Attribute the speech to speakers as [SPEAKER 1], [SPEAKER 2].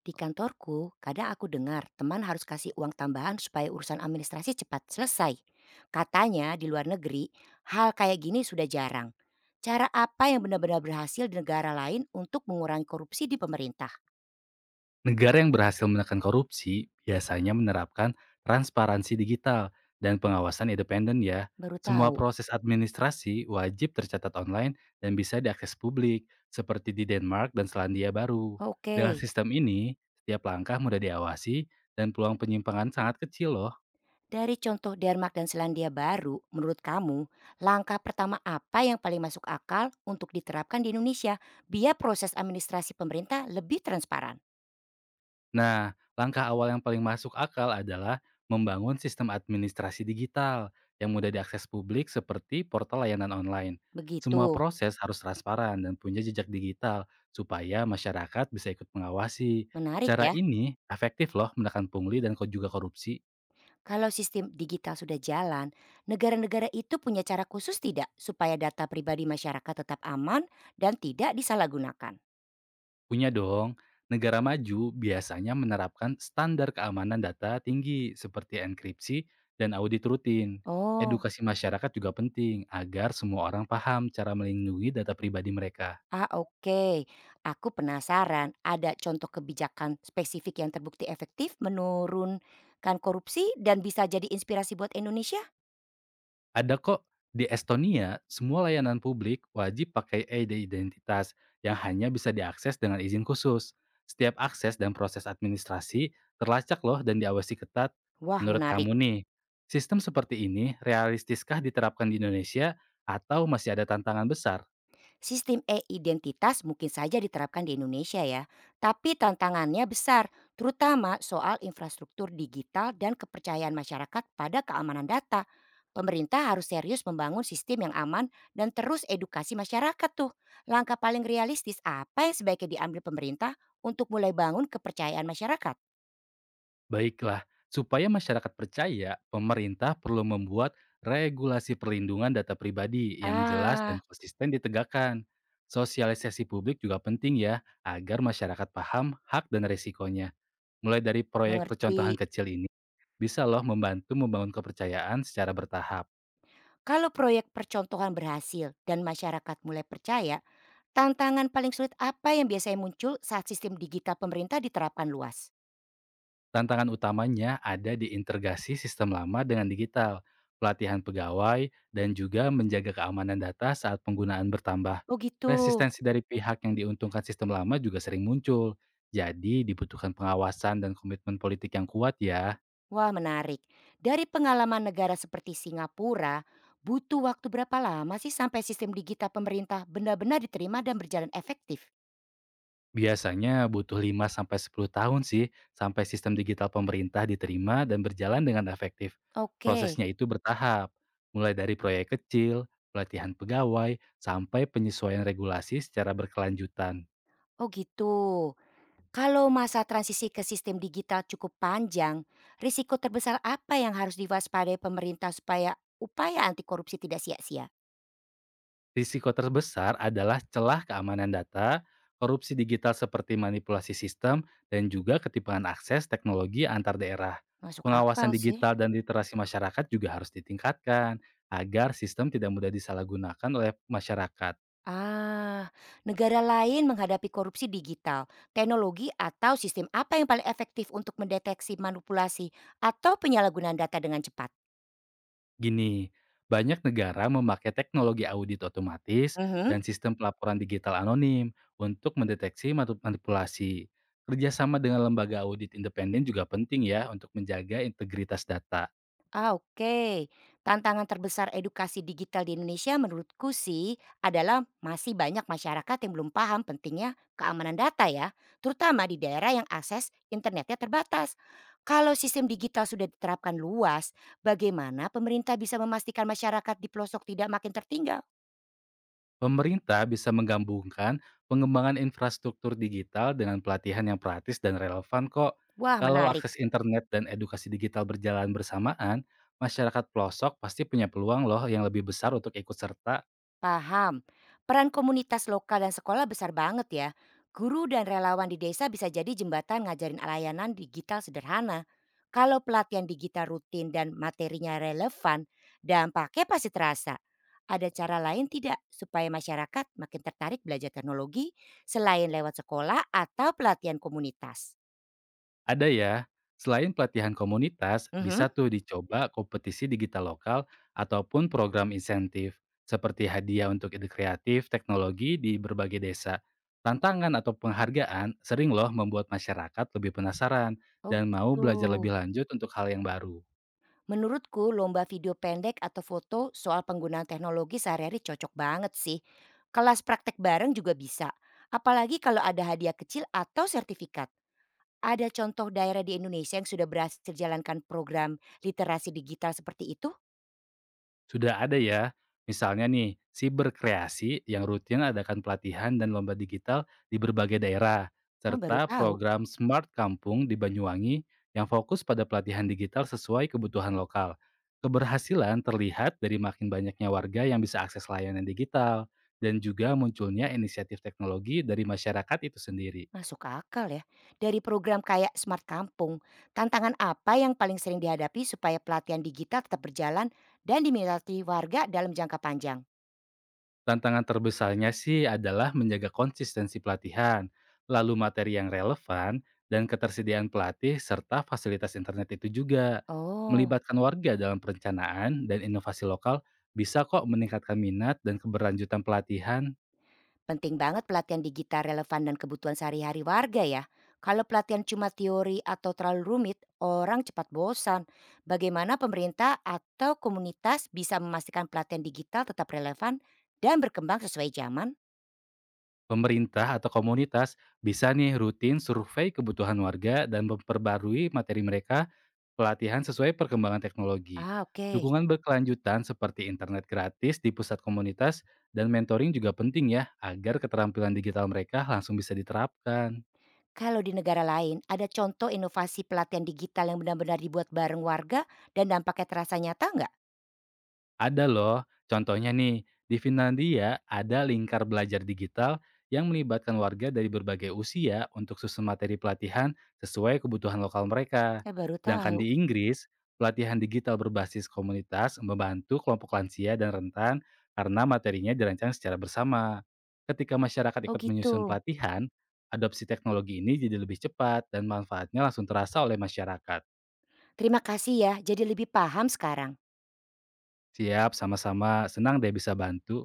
[SPEAKER 1] Di kantorku, kadang aku dengar teman harus kasih uang tambahan supaya urusan administrasi cepat selesai. Katanya di luar negeri, hal kayak gini sudah jarang. Cara apa yang benar-benar berhasil di negara lain untuk mengurangi korupsi di pemerintah?
[SPEAKER 2] Negara yang berhasil menekan korupsi biasanya menerapkan transparansi digital dan pengawasan independen ya.
[SPEAKER 1] Baru
[SPEAKER 2] Semua
[SPEAKER 1] tahu.
[SPEAKER 2] proses administrasi wajib tercatat online dan bisa diakses publik, seperti di Denmark dan Selandia Baru.
[SPEAKER 1] Oke,
[SPEAKER 2] Dengan sistem ini, setiap langkah mudah diawasi dan peluang penyimpangan sangat kecil loh.
[SPEAKER 1] dari contoh Denmark dan Selandia Baru, menurut kamu, langkah pertama apa yang paling masuk akal untuk diterapkan di Indonesia biar proses administrasi pemerintah lebih transparan?
[SPEAKER 2] Nah, langkah awal yang paling masuk akal adalah membangun sistem administrasi digital yang mudah diakses publik seperti portal layanan online. Semua
[SPEAKER 1] Begitu.
[SPEAKER 2] proses harus transparan dan punya jejak digital supaya masyarakat bisa ikut mengawasi.
[SPEAKER 1] Menarik
[SPEAKER 2] Cara
[SPEAKER 1] ya.
[SPEAKER 2] ini efektif loh menekan pungli dan juga korupsi.
[SPEAKER 1] Kalau sistem digital sudah jalan, negara-negara itu punya cara khusus tidak supaya data pribadi masyarakat tetap aman dan tidak disalahgunakan?
[SPEAKER 2] Punya dong. Negara maju biasanya menerapkan standar keamanan data tinggi seperti enkripsi dan audit rutin.
[SPEAKER 1] Oh,
[SPEAKER 2] Edukasi masyarakat juga penting agar semua orang paham cara melindungi data pribadi mereka.
[SPEAKER 1] ah oke. Aku penasaran ada contoh kebijakan spesifik yang terbukti efektif menurunkan korupsi dan bisa jadi inspirasi buat Indonesia?
[SPEAKER 2] Ada kok, di Estonia, semua layanan publik wajib pakai ID identitas yang hanya bisa diakses dengan izin khusus. Setiap akses dan proses administrasi terlacak loh dan diawasi ketat.
[SPEAKER 1] Wah
[SPEAKER 2] Menurut
[SPEAKER 1] menarik.
[SPEAKER 2] kamu nih, sistem seperti ini realistiskah diterapkan di Indonesia atau masih ada tantangan besar?
[SPEAKER 1] Sistem e-identitas mungkin saja diterapkan di Indonesia ya, tapi tantangannya besar, terutama soal infrastruktur digital dan kepercayaan masyarakat pada keamanan data. Pemerintah harus serius membangun sistem yang aman dan terus edukasi masyarakat tuh. Langkah paling realistis apa yang sebaiknya diambil pemerintah untuk mulai bangun kepercayaan masyarakat?
[SPEAKER 2] Baiklah, supaya masyarakat percaya, pemerintah perlu membuat regulasi perlindungan data pribadi yang jelas
[SPEAKER 1] Ah,
[SPEAKER 2] dan konsisten ditegakkan. Sosialisasi publik juga penting ya, agar masyarakat paham hak dan resikonya. Mulai dari proyek
[SPEAKER 1] mengerti.
[SPEAKER 2] percontohan kecil ini, bisa loh membantu membangun kepercayaan secara bertahap.
[SPEAKER 1] Kalau proyek percontohan berhasil dan masyarakat mulai percaya, tantangan paling sulit apa yang biasanya muncul saat sistem digital pemerintah diterapkan luas?
[SPEAKER 2] Tantangan utamanya ada di integrasi sistem lama dengan digital, pelatihan pegawai, dan juga menjaga keamanan data saat penggunaan bertambah.
[SPEAKER 1] Oh gitu.
[SPEAKER 2] Resistensi dari pihak yang diuntungkan sistem lama juga sering muncul, jadi dibutuhkan pengawasan dan komitmen politik yang kuat ya.
[SPEAKER 1] Wah menarik. Dari pengalaman negara seperti Singapura, butuh waktu berapa lama sih sampai sistem digital pemerintah benar-benar diterima dan berjalan efektif?
[SPEAKER 2] Biasanya butuh 5 sampai 10 tahun sih sampai sistem digital pemerintah diterima dan berjalan dengan efektif.
[SPEAKER 1] Oke.
[SPEAKER 2] Prosesnya itu bertahap, mulai dari proyek kecil, pelatihan pegawai, sampai penyesuaian regulasi secara berkelanjutan.
[SPEAKER 1] Oh gitu. Kalau masa transisi ke sistem digital cukup panjang, risiko terbesar apa yang harus diwaspadai pemerintah supaya upaya anti korupsi tidak sia-sia?
[SPEAKER 2] Risiko terbesar adalah celah keamanan data, korupsi digital seperti manipulasi sistem, dan juga ketimpangan akses teknologi antar daerah.
[SPEAKER 1] Masuk akal
[SPEAKER 2] Pengawasan
[SPEAKER 1] sih.
[SPEAKER 2] digital dan literasi masyarakat juga harus ditingkatkan agar sistem tidak mudah disalahgunakan oleh masyarakat.
[SPEAKER 1] Ah, negara lain menghadapi korupsi digital, teknologi atau sistem apa yang paling efektif untuk mendeteksi manipulasi atau penyalahgunaan data dengan cepat?
[SPEAKER 2] Gini, banyak negara memakai teknologi audit otomatis
[SPEAKER 1] Mhm.
[SPEAKER 2] dan sistem pelaporan digital anonim untuk mendeteksi manipulasi. Kerjasama dengan lembaga audit independen juga penting ya untuk menjaga integritas data.
[SPEAKER 1] Ah, oke. Tantangan terbesar edukasi digital di Indonesia menurutku sih adalah masih banyak masyarakat yang belum paham pentingnya keamanan data ya, terutama di daerah yang akses internetnya terbatas. Kalau sistem digital sudah diterapkan luas, bagaimana pemerintah bisa memastikan masyarakat di pelosok tidak makin tertinggal?
[SPEAKER 2] Pemerintah bisa menggabungkan pengembangan infrastruktur digital dengan pelatihan yang praktis dan relevan kok.
[SPEAKER 1] Wah,
[SPEAKER 2] Kalau
[SPEAKER 1] menarik.
[SPEAKER 2] akses internet dan edukasi digital berjalan bersamaan, masyarakat pelosok pasti punya peluang loh yang lebih besar untuk ikut serta.
[SPEAKER 1] Paham. Peran komunitas lokal dan sekolah besar banget ya. Guru dan relawan di desa bisa jadi jembatan ngajarin layanan digital sederhana. Kalau pelatihan digital rutin dan materinya relevan, dampaknya pasti terasa. Ada cara lain tidak supaya masyarakat makin tertarik belajar teknologi selain lewat sekolah atau pelatihan komunitas?
[SPEAKER 2] Ada ya. Selain pelatihan komunitas,
[SPEAKER 1] Mhm.
[SPEAKER 2] bisa tuh dicoba kompetisi digital lokal ataupun program insentif seperti hadiah untuk ide kreatif teknologi di berbagai desa. Tantangan atau penghargaan sering loh membuat masyarakat lebih penasaran
[SPEAKER 1] Oh
[SPEAKER 2] dan mau
[SPEAKER 1] gitu.
[SPEAKER 2] belajar lebih lanjut untuk hal yang baru.
[SPEAKER 1] Menurutku lomba video pendek atau foto soal penggunaan teknologi sehari-hari cocok banget sih. Kelas praktek bareng juga bisa. Apalagi kalau ada hadiah kecil atau sertifikat. Ada contoh daerah di Indonesia yang sudah berhasil jalankan program literasi digital seperti itu?
[SPEAKER 2] Sudah ada ya, misalnya nih, Siberkreasi yang rutin adakan pelatihan dan lomba digital di berbagai daerah,
[SPEAKER 1] Ah, baru
[SPEAKER 2] serta
[SPEAKER 1] tahu.
[SPEAKER 2] program Smart Kampung di Banyuwangi yang fokus pada pelatihan digital sesuai kebutuhan lokal. Keberhasilan terlihat dari makin banyaknya warga yang bisa akses layanan digital dan juga munculnya inisiatif teknologi dari masyarakat itu sendiri.
[SPEAKER 1] Masuk akal ya. Dari program kayak Smart Kampung, tantangan apa yang paling sering dihadapi supaya pelatihan digital tetap berjalan dan diminati warga dalam jangka panjang?
[SPEAKER 2] Tantangan terbesarnya sih adalah menjaga konsistensi pelatihan, lalu materi yang relevan, dan ketersediaan pelatih serta fasilitas internet itu juga.
[SPEAKER 1] Oh.
[SPEAKER 2] Melibatkan warga dalam perencanaan dan inovasi lokal bisa kok meningkatkan minat dan keberlanjutan pelatihan.
[SPEAKER 1] Penting banget pelatihan digital relevan dan kebutuhan sehari-hari warga ya. Kalau pelatihan cuma teori atau terlalu rumit, orang cepat bosan. Bagaimana pemerintah atau komunitas bisa memastikan pelatihan digital tetap relevan dan berkembang sesuai zaman?
[SPEAKER 2] Pemerintah atau komunitas bisa nih rutin survei kebutuhan warga dan memperbarui materi mereka pelatihan sesuai perkembangan teknologi.
[SPEAKER 1] Ah oke.
[SPEAKER 2] Dukungan berkelanjutan seperti internet gratis di pusat komunitas dan mentoring juga penting ya agar keterampilan digital mereka langsung bisa diterapkan.
[SPEAKER 1] Kalau di negara lain, ada contoh inovasi pelatihan digital yang benar-benar dibuat bareng warga dan dampaknya terasa nyata nggak?
[SPEAKER 2] Ada loh, contohnya nih, di Finlandia ada lingkar belajar digital yang melibatkan warga dari berbagai usia untuk susun materi pelatihan sesuai kebutuhan lokal mereka.
[SPEAKER 1] Saya baru
[SPEAKER 2] Sedangkan
[SPEAKER 1] tahu.
[SPEAKER 2] di Inggris, pelatihan digital berbasis komunitas membantu kelompok lansia dan rentan karena materinya dirancang secara bersama. Ketika masyarakat
[SPEAKER 1] Oh
[SPEAKER 2] ikut menyusun
[SPEAKER 1] gitu.
[SPEAKER 2] pelatihan, adopsi teknologi ini jadi lebih cepat dan manfaatnya langsung terasa oleh masyarakat.
[SPEAKER 1] Terima kasih ya, jadi lebih paham sekarang.
[SPEAKER 2] Siap, sama-sama. Senang deh bisa bantu.